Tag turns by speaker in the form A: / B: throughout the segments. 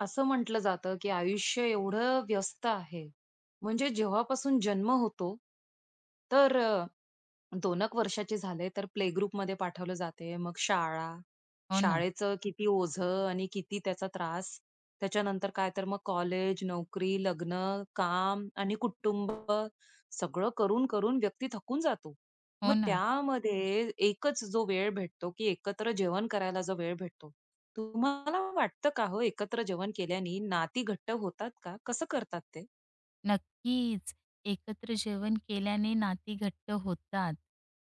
A: असं म्हटलं जातं, की आयुष्य एवढं व्यस्त आहे. म्हणजे जेव्हापासून जन्म होतो, तर दोनक वर्षाची झाले, तर प्ले ग्रुपमध्ये पाठवलं जाते. मग शाळा,
B: हो ना,
A: शाळेचं किती ओझं आणि किती त्याचा त्रास. त्याच्यानंतर काय तर मग कॉलेज, नोकरी, लग्न, काम आणि कुटुंब सगळं करून-करून व्यक्ती थकून जातो.
B: हो
A: मग
B: ना.
A: त्यामध्ये एकच जो वेळ भेटतो, की एकत्र जेवण करायला जो वेळ भेटतो. तुम्हाला वाटतं का हो, एकत्र जेवण केल्याने नाती घट्ट होतात का? कसं करतात ते?
B: नक्कीच. एकत्र जेवण केल्याने नाती घट्ट होतात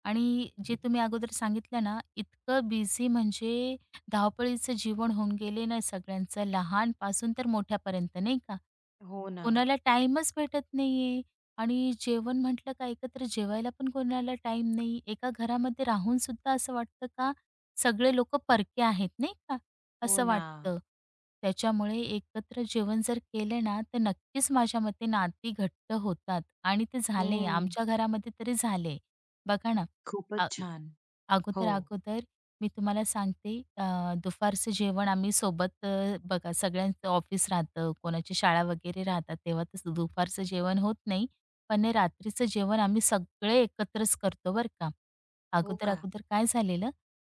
B: आणि जे तुम्ही अगोदर सांगितलं ना, इतकं बिझी म्हणजे धावपळीचं जीवन होऊन गेले ना सगळ्यांचं, लहानपासून तर मोठ्यापर्यंत नाही का?
A: हो ना,
B: कोणाला टाईमच भेटत नाहीये आणि जेवण म्हटलं का एकत्र जेवायला पण कोणाला टाईम नाही. एका घरामध्ये राहून सुद्धा असं वाटतं का सगळे लोकं परके आहेत, नाही का?
A: हो
B: असं
A: ना.
B: वाटतं. त्याच्यामुळे एकत्र जेवण जर केलं ना, तर नक्कीच माझ्या मते नाती घट्ट होतात आणि ते झाले
A: हं.
B: आमच्या घरामध्ये तरी झाले. बघा ना, अ
A: खूपच छान. हो.
B: अगोदर-अगोदर मी तुम्हाला सांगते दुपारचं जेवण आम्ही सोबत बघा सगळ्यांचं ऑफिस राहतं, कोणाची शाळा वगैरे राहतात, तेव्हा तसं दुपारचं जेवण होत नाही. पण रात्रीचं जेवण आम्ही सगळे एकत्रच करतो बरं का.
A: हो का?
B: अगोदर-अगोदर काय झालेलं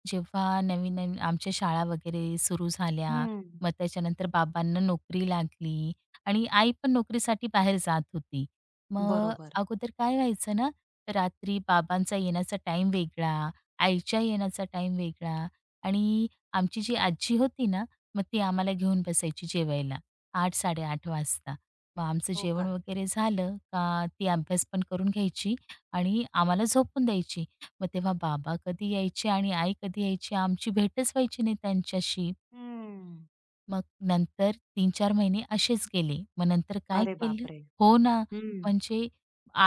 B: जेव्हा नवीन-नवीन आमच्या शाळा वगैरे सुरू झाल्या,
A: हं.
B: मग त्याच्यानंतर बाबांना नोकरी लागली आणि आई पण नोकरीसाठी बाहेर जात होती. मग
A: बरोबर.
B: अगोदर काय व्हायचं ना, रात्री बाबांचा येण्याचा टाईम वेगळा, आईच्या येण्याचा टाईम वेगळा आणि आमची जी आजी होती ना, मग ती आम्हाला घेऊन बसायची जेवायला 8-8:30 वाजता. मग आमचं
A: हो
B: जेवण
A: का?
B: वगैरे झालं का ती अभ्यास पण करून घ्यायची आणि आम्हाला झोपून द्यायची. मग तेव्हा बाबा कधी यायचे आणि आई कधी यायची आमची भेटच व्हायची नाही त्यांच्याशी.
A: हं.
B: मग नंतर 3-4 महिने असेच गेले. मग नंतर काय
A: अरे
B: केलं
A: बापरे!
B: हो ना.
A: हं.
B: म्हणजे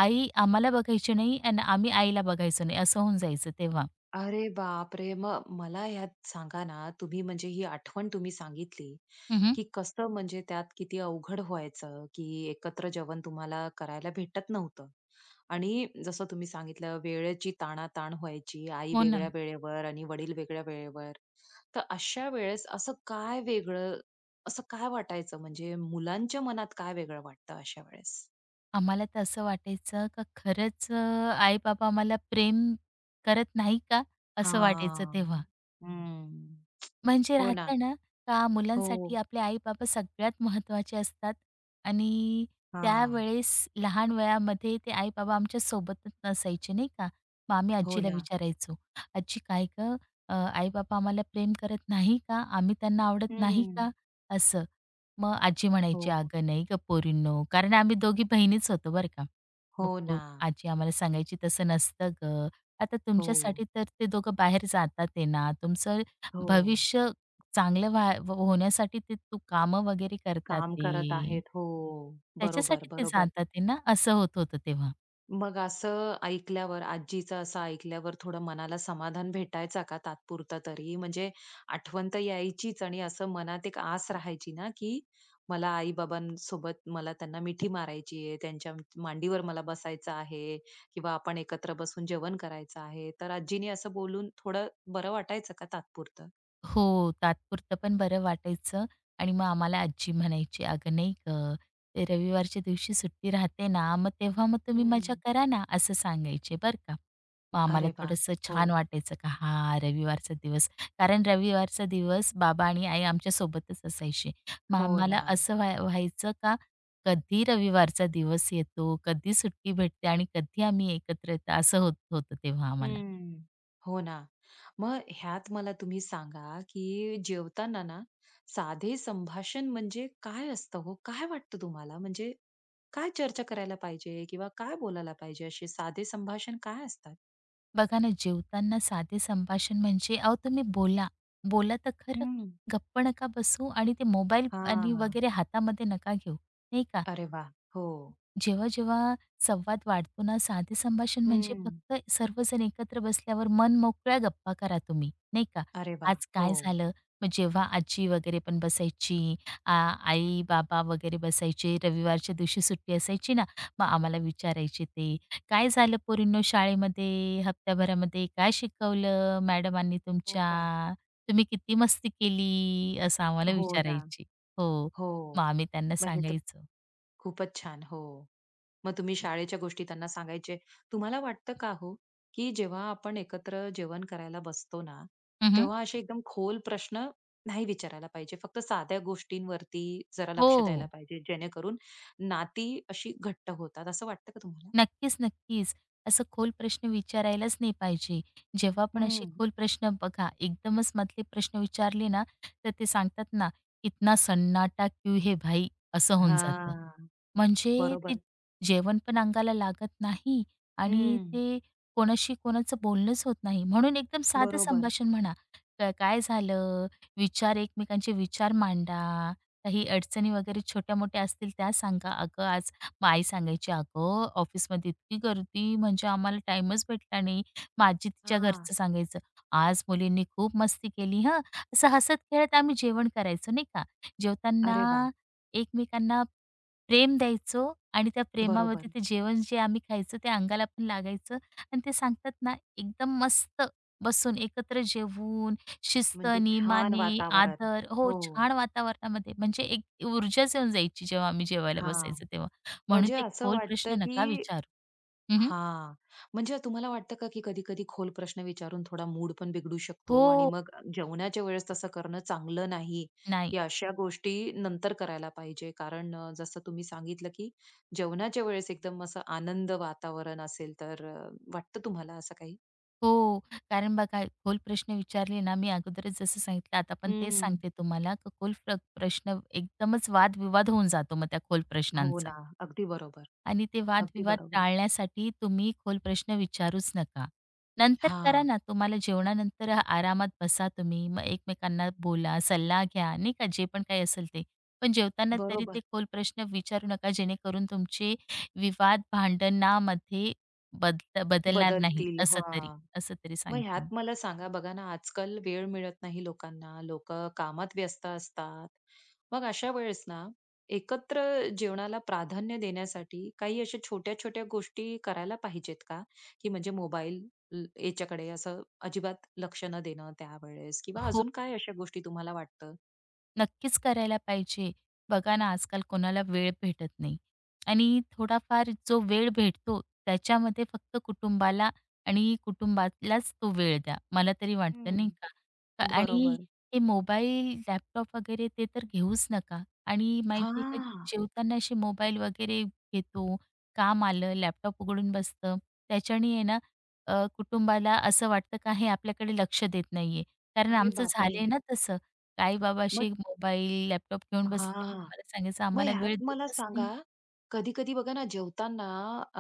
B: आई आम्हाला बघायची नाही आणि आम्ही आईला बघायचो नाही असं होऊन जायचं तेव्हा.
A: अरे बापरे! मग मला ह्यात सांगा ना, तुम्ही म्हणजे ही आठवण तुम्ही सांगितली,
B: हं,
A: की कसं म्हणजे त्यात किती अवघड व्हायचं, की एकत्र जेवण तुम्हाला करायला भेटत नव्हतं. आणि जसं तुम्ही सांगितलं वेळेची ताणाताण व्हायची, आई
B: हो
A: वेगळ्या
B: ना.
A: वेळेवर आणि वडील वेगळ्या वेळेवर. तर अशा वेळेस असं काय वेगळं, असं काय वाटायचं म्हणजे मुलांच्या मनात काय वेगळं वाटतं अशा वेळेस?
B: आम्हाला तर असं वाटायचं का खरंच आई-बाबा आम्हाला प्रेम करत नाही का? असं वाटायचं तेव्हा.
A: हां. हं.
B: म्हणजे
A: हो ना.
B: राहतं ना, का मुलांसाठी
A: हो.
B: आपले आई-बाबा सगळ्यात महत्वाचे असतात आणि
A: हां.
B: त्यावेळेस लहान वयामध्ये ते आई-बाबा आमच्या सोबतच नसायचे, नाही का? मग आम्ही
A: हो
B: आजीला
A: ना.
B: विचारायचो, "आजी काय गं, आई-बाबा आम्हाला प्रेम करत नाही का? आम्ही त्यांना आवडत नाही
A: हं.
B: का?" असं. मग आजी
A: हो.
B: म्हणायची, "अगं नाही गं पोरींनो." कारण आम्ही दोघी बहिणीच होतो बरं का. मग
A: हो ना.
B: आजी आम्हाला सांगायची, "तसं नसतं गं. आता तुमच्यासाठी
A: हो.
B: तर ते दोघं बाहेर जातात आहे ना. तुमचं
A: हो.
B: भविष्य चांगलं होण्यासाठी ते तू कामं वगैरे करतात
A: काम करत
B: ते.
A: आहेत. हो. बरोबर,
B: त्याच्यासाठी ते
A: बरोबर.
B: जातात आहे ना." असं होत होतं तेव्हा.
A: मग असं ऐकल्यावर, आजीचं असं ऐकल्यावर थोडं मनाला समाधान भेटायचा का तात्पुरता तरी? म्हणजे आठवण तर यायचीच आणि असं मनात एक आस राहायची ना, की मला आई-बाबांसोबत त्यांना मिठी मारायची आहे, त्यांच्या मांडीवर मला बसायचं आहे किंवा आपण एकत्र बसून जेवण करायचं आहे. तर आजीनी असं बोलून थोडं बरं वाटायचं का तात्पुरतं?
B: हो, तात्पुरतं पण बरं वाटायचं आणि मग आम्हाला आजी म्हणायची, "अगं नाही गं, ते रविवारच्या दिवशी सुट्टी राहते ना, मग तेव्हा मग तुम्ही मजा
A: हं.
B: करा ना," असं सांगायचे बरं का. मग आम्हाला
A: अरे वाह!
B: थोडंसं
A: हो.
B: छान वाटायचं का हां, रविवारचा दिवस. कारण रविवारचा दिवस बाबा आणि आई आमच्यासोबतच असायचे. मग
A: हो ना.
B: आम्हाला असं व्हायचं का कधी रविवारचा दिवस येतो, कधी सुट्टी भेटते आणि कधी आम्ही एकत्र येतो, असं होत होतं तेव्हा आम्हाला.
A: हम्म. हो ना. मग ह्यात मला तुम्ही सांगा, की जेवताना ना साधे संभाषण म्हणजे काय असतं हो? काय वाटतं तुम्हाला? म्हणजे काय चर्चा करायला पाहिजे किंवा काय बोलायला पाहिजे? असे साधे संभाषण काय असतात?
B: बघा ना, जेवताना साधे संभाषण म्हणजे अहो तुम्ही बोला. बोला तर खरं.
A: हं.
B: गप्प नका बसू आणि ते मोबाईल आणि
A: हां.
B: वगैरे हातामध्ये नका घेऊ, नाही का?
A: अरे वाह! हो.
B: जेव्हा जेव्हा संवाद वाढतो ना, साधे संभाषण म्हणजे
A: हं.
B: फक्त सर्वजण एकत्र बसल्यावर मन मोकळ्या गप्पा करा तुम्ही, नाही का?
A: अरे वाह!
B: आज
A: हो.
B: काय झालं? मग जेव्हा आजी वगैरे पण बसायची, आ आई-बाबा वगैरे बसायचे, रविवारच्या दिवशी सुट्टी असायची ना, मग आम्हाला विचारायचे ते, "काय झालं पोरींनो शाळेमध्ये? हप्त्याभरामध्ये काय शिकवलं मॅडमांनी
A: हो का?
B: तुमच्या? तुम्ही किती मस्ती केली?" असं आम्हाला
A: हो ना.
B: विचारायचे. हो. मग
A: हो.
B: आम्ही त्यांना
A: मग हे तर
B: सांगायचो.
A: खूपच छान. हो. मग तुम्ही शाळेच्या गोष्टी त्यांना सांगायचे. तुम्हाला वाटतं का हो, की जेव्हा आपण एकत्र जेवण करायला बसतो ना,
B: हं,
A: तेव्हा असे एकदम खोल प्रश्न नाही विचारायला पाहिजे. फक्त साध्या गोष्टींवरती जरा लक्ष द्यायला
B: हो.
A: पाहिजे, जेणेकरून नाती अशी घट्ट होतात, असं वाटतं का तुम्हाला?
B: नक्कीच, नक्कीच. असं खोल प्रश्न विचारायलाच नाही पाहिजे. जेव्हा पण असे
A: हं.
B: खोल प्रश्न बघा, एकदमच मधले प्रश्न विचारले ना, तर ते सांगतात ना, "इतना सन्नाटा क्यू हे भाई?" असं होऊन जातं.
A: हां.
B: म्हणजे ते
A: बरोबर.
B: जेवण पण अंगाला लागत नाही आणि
A: हं.
B: ते कोणाशी कोणाचं बोलणंच होत नाही. म्हणून एकदम साधं
A: बरोबर.
B: संभाषण म्हणा. काय झालं?" एकमेकांचे विचार मांडा. काही अडचणी वगैरे छोट्या-मोठ्या असतील त्या सांगा. "अगं, आज मग आई सांगायची, "अगं, ऑफिसमध्ये इतकी गर्दी म्हणजे आम्हाला टाईमच भेटला नाही." मग आजी तिच्या
A: हां.
B: घरचं सांगायचं, "आज मुलींनी खूप मस्ती केली हं." असं हसत-खेळत आम्ही जेवण करायचो नाही का.
A: अरे वाह!
B: जेवताना एकमेकांना प्रेम द्यायचो आणि त्या
A: बरोबर.
B: प्रेमामध्ये ते जेवण जे आम्ही खायचो ते अंगाला पण लागायचं आणि ते सांगतात ना एकदम मस्त बसून एकत्र जेवून शिस्त,
A: म्हणजे छान
B: नियमाने,
A: वातावरण.
B: आदर हो,
A: हो.
B: छान वातावरणामध्ये म्हणजे एक ऊर्जाच येऊन जायची जेव्हा आम्ही जेवायला
A: हां.
B: बसायचो तेव्हा. म्हणून
A: म्हणजे
B: ते
A: असं
B: खोल प्रश्न
A: वाटतं, की
B: नका विचारू. हं,
A: हां. म्हणजे तुम्हाला वाटतं का, की कधी-कधी खोल प्रश्न विचारून थोडा मूड पण बिघडू शकतो आणि
B: हो,
A: मग जेवणाच्या वेळेस तसं करणं चांगलं नाही,
B: नाही.
A: की अशा गोष्टी नंतर करायला पाहिजे? कारण जसं तुम्ही सांगितलं, की जेवणाच्या वेळेस एकदम असं आनंद वातावरण असेल, तर वाटतं तुम्हाला असं काही?
B: हो, कारण बघा खोल प्रश्न विचारले ना मी अगोदरच जसं सांगितलं आता पण तेच
A: हं.
B: सांगते तुम्हाला, की खोल प्रश्न एकदमच वादविवाद होऊन जातो मग त्या खोल
A: हो
B: प्रश्नांचा.
A: ना. अगदी बरोबर,
B: आणि ते
A: अगदी
B: वादविवाद
A: बरोबर.
B: टाळण्यासाठी तुम्ही खोल प्रश्न विचारूच नका. नंतर करा
A: हां,
B: ना, तुम्हाला जेवणानंतर आरामात बसा तुम्ही. मग एकमेकांना बोला, सल्ला घ्या, नाही का, जे पण काही असेल ते. पण जेवताना तरी ते
A: बरोबर.
B: खोल प्रश्न विचारू नका, जेणेकरून तुमचे विवाद भांडणामध्ये बद बदलणार नाही,
A: बदलतील. हां.
B: असं तरी
A: मग
B: सांगते
A: ह्यात
B: मी.
A: मला सांगा बघा ना, आजकाल वेळ मिळत नाही लोकांना. लोकं कामात व्यस्त असतात. मग अशा वेळेस ना, एकत्र जेवणाला प्राधान्य देण्यासाठी काही अशा छोट्या-छोट्या गोष्टी करायला पाहिजेत का? की म्हणजे मोबाईल याच्याकडे असं अजिबात लक्ष न देणं त्यावेळेस किंवा
B: हो.
A: अजून काय अशा गोष्टी तुम्हाला वाटतं?
B: नक्कीच करायला पाहिजे. बघा ना, आजकाल कोणाला वेळ भेटत नाही आणि थोडाफार जो वेळ भेटतो त्याच्यामध्ये फक्त कुटुंबाला आणि कुटुंबालाच तो वेळ द्या. मला तरी वाटतं
A: हं.
B: नाही का? आणि
A: बरोबर.
B: हे मोबाईल, लॅपटॉप वगैरे ते तर घेऊच नका आणि माहिती आहे का
A: हां.
B: जेवताना असे मोबाईल वगैरे घेतो, काम आलं, लॅपटॉप उघडून बसतं. त्याच्याने आहे ना कुटुंबाला असं वाटतं का हे आपल्याकडे लक्ष देत नाहीये. कारण
A: अरे
B: आमचं
A: बापरे!
B: झालंय ना तसं. आई बाबा
A: मग
B: असे मोबाईल, लॅपटॉप घेऊन बसले.
A: हां.
B: मला सांगायचं
A: मग
B: आम्हाला
A: ह्यात
B: वेळ
A: मला
B: देतच
A: सांगा,
B: नाही.
A: कधी-कधी बघा ना जेवताना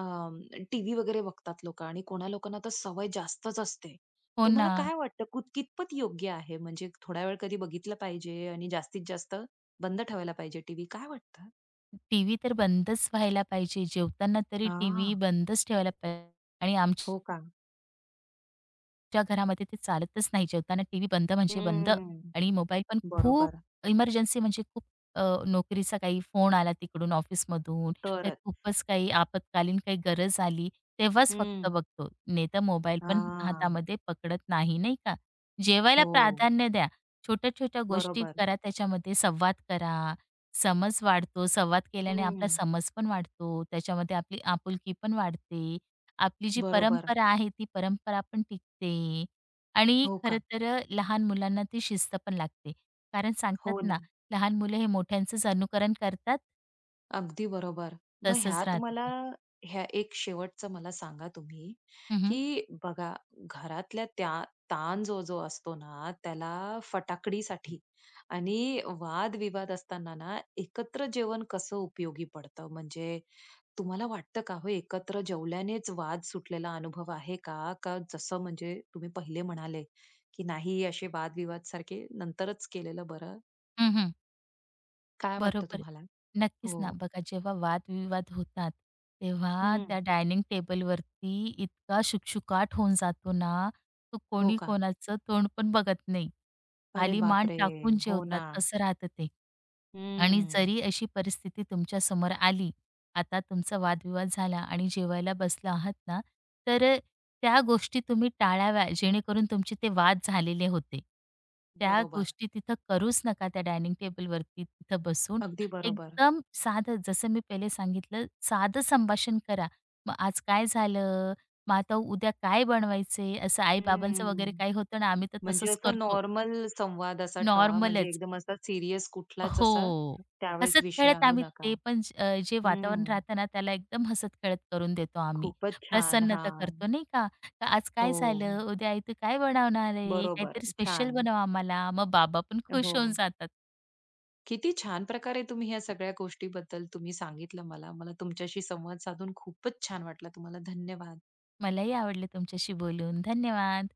A: अं, टीव्ही वगैरे बघतात लोकं आणि कोणा लोकांना तर सवय जास्तच असते.
B: हो
A: तुम्हाला
B: ना.
A: काय वाटतं कितपत योग्य आहे? म्हणजे थोडा वेळ कधी बघितलं पाहिजे आणि जास्तीत जास्त बंद ठेवायला पाहिजे टीव्ही काय वाटतं?
B: टीव्ही तर बंदच व्हायला पाहिजे. जेवताना तरी टीव्ही
A: हां,
B: बंदच ठेवायला पाहिजे आणि आमची
A: हो का?
B: ज्या घरामध्ये ते चालतच नाही. जेवताना टीव्ही बंद म्हणजे बंद
A: हम्म,
B: आणि मोबाईल पण खूप
A: बरोबर.
B: इमर्जन्सी म्हणजे खूप अ, नोकरीचा काही फोन आला तिकडून ऑफिसमधून, तर
A: तरच.
B: खूपच काही आपत्कालीन काही गरज आली, तेव्हाच फक्त
A: हं.
B: बघतो. नाही तर मोबाईल पण
A: हां,
B: हातामध्ये पकडत नाही, नाही का? जेवायला
A: हो.
B: प्राधान्य द्या. छोट्या-छोट्या गोष्टी
A: बरोबर.
B: करा त्याच्यामध्ये, संवाद करा. समज वाढतो. संवाद केल्याने आपला
A: हं,
B: समज पण वाढतो. त्याच्यामध्ये आपली आपुलकी पण वाढते. आपली जी
A: बरोबर.
B: परंपरा आहे ती परंपरा पण टिकते आणि
A: हो
B: खरं
A: का?
B: तर लहान मुलांना ती शिस्त पण लागते. कारण सांगतात
A: हो
B: ना,
A: ना.
B: लहान मुलं हे मोठ्यांचंच अनुकरण करतात,
A: अगदी बरोबर. मग
B: तसंच
A: ह्यात
B: राहतं
A: मला
B: ते.
A: ह्या एक शेवटचं मला सांगा तुम्ही,
B: हं, हं.
A: की बघा घरातल्या त्या ताण जो जो असतो ना, त्याला फटाकडीसाठी आणि वाद-विवाद असताना ना, एकत्र जेवण कसं उपयोगी पडतं? म्हणजे तुम्हाला वाटतं का हो एकत्र जेवल्यानेच वाद सुटलेला अनुभव आहे का? का जसं म्हणजे तुम्ही पहिले म्हणाले, की नाही असे वाद सारखे नंतरच केलेलं बरं?
B: हं, हं.
A: काय वाटतं
B: बरोबर. आहे.
A: तुम्हाला?
B: नक्कीच ना.
A: हो.
B: बघा जेव्हा वादविवाद होतात, तेव्हा
A: हं.
B: त्या डायनिंग टेबलवरती इतका शुकशुकाट होऊन जातो ना, तो
A: हो
B: कोणी
A: का?
B: कोणाचं तोंड पण बघत नाही.
A: अरे
B: खाली मान
A: बापरे!
B: टाकून
A: हो
B: जेवतात
A: ना.
B: असं राहतं ते. आणि
A: हं.
B: जरी अशी परिस्थिती तुमच्या समोर आली, आता तुमचा वादविवाद झाला आणि जेवायला बसला आहात ना, तर त्या गोष्टी तुम्ही टाळाव्या जेणेकरून तुमचे ते वाद झालेले होते. त्या
A: बरोबर.
B: गोष्टी तिथं करूच नका त्या डायनिंग टेबलवरती तिथं बसून.
A: अगदी बरोबर.
B: एकदम साधं जसं मी पहिले सांगितलं साधं संभाषण करा. मग आज काय झालं? मग आता उद्या काय बनवायचंय? असं आई-बाबांचं वगैरे
A: हं.
B: काही होतं ना, आम्ही तर
A: म्हणजे
B: तसंच
A: असं
B: करतो.
A: नॉर्मल संवाद असा ठेवा, म्हणजे
B: नॉर्मलच.
A: एकदम असा सीरियस कुठलाच असा
B: हो.
A: त्यावेळेस विषय
B: हसत-खेळत
A: आणू
B: आम्ही
A: नका.
B: ते पण जे वातावरण
A: हं.
B: राहतं ना, त्याला एकदम हसत-खेळत करून देतो आम्ही.
A: खूपच छान.
B: प्रसन्नता
A: हां.
B: करतो नाही का? "का आज काय झालं?
A: हो.
B: उद्या आई तू काय बनवणार आहे?
A: बरोबर.
B: काहीतरी स्पेशल
A: छान.
B: बनव आम्हाला." मग बाबा पण खुश होऊन
A: हो.
B: जातात.
A: किती छान प्रकारे तुम्ही ह्या सगळ्या गोष्टीबद्दल सांगितलं मला. मला तुमच्याशी संवाद साधून खूपच छान वाटलं. तुम्हाला धन्यवाद.
B: मलाही आवडलं तुमच्याशी बोलून. धन्यवाद.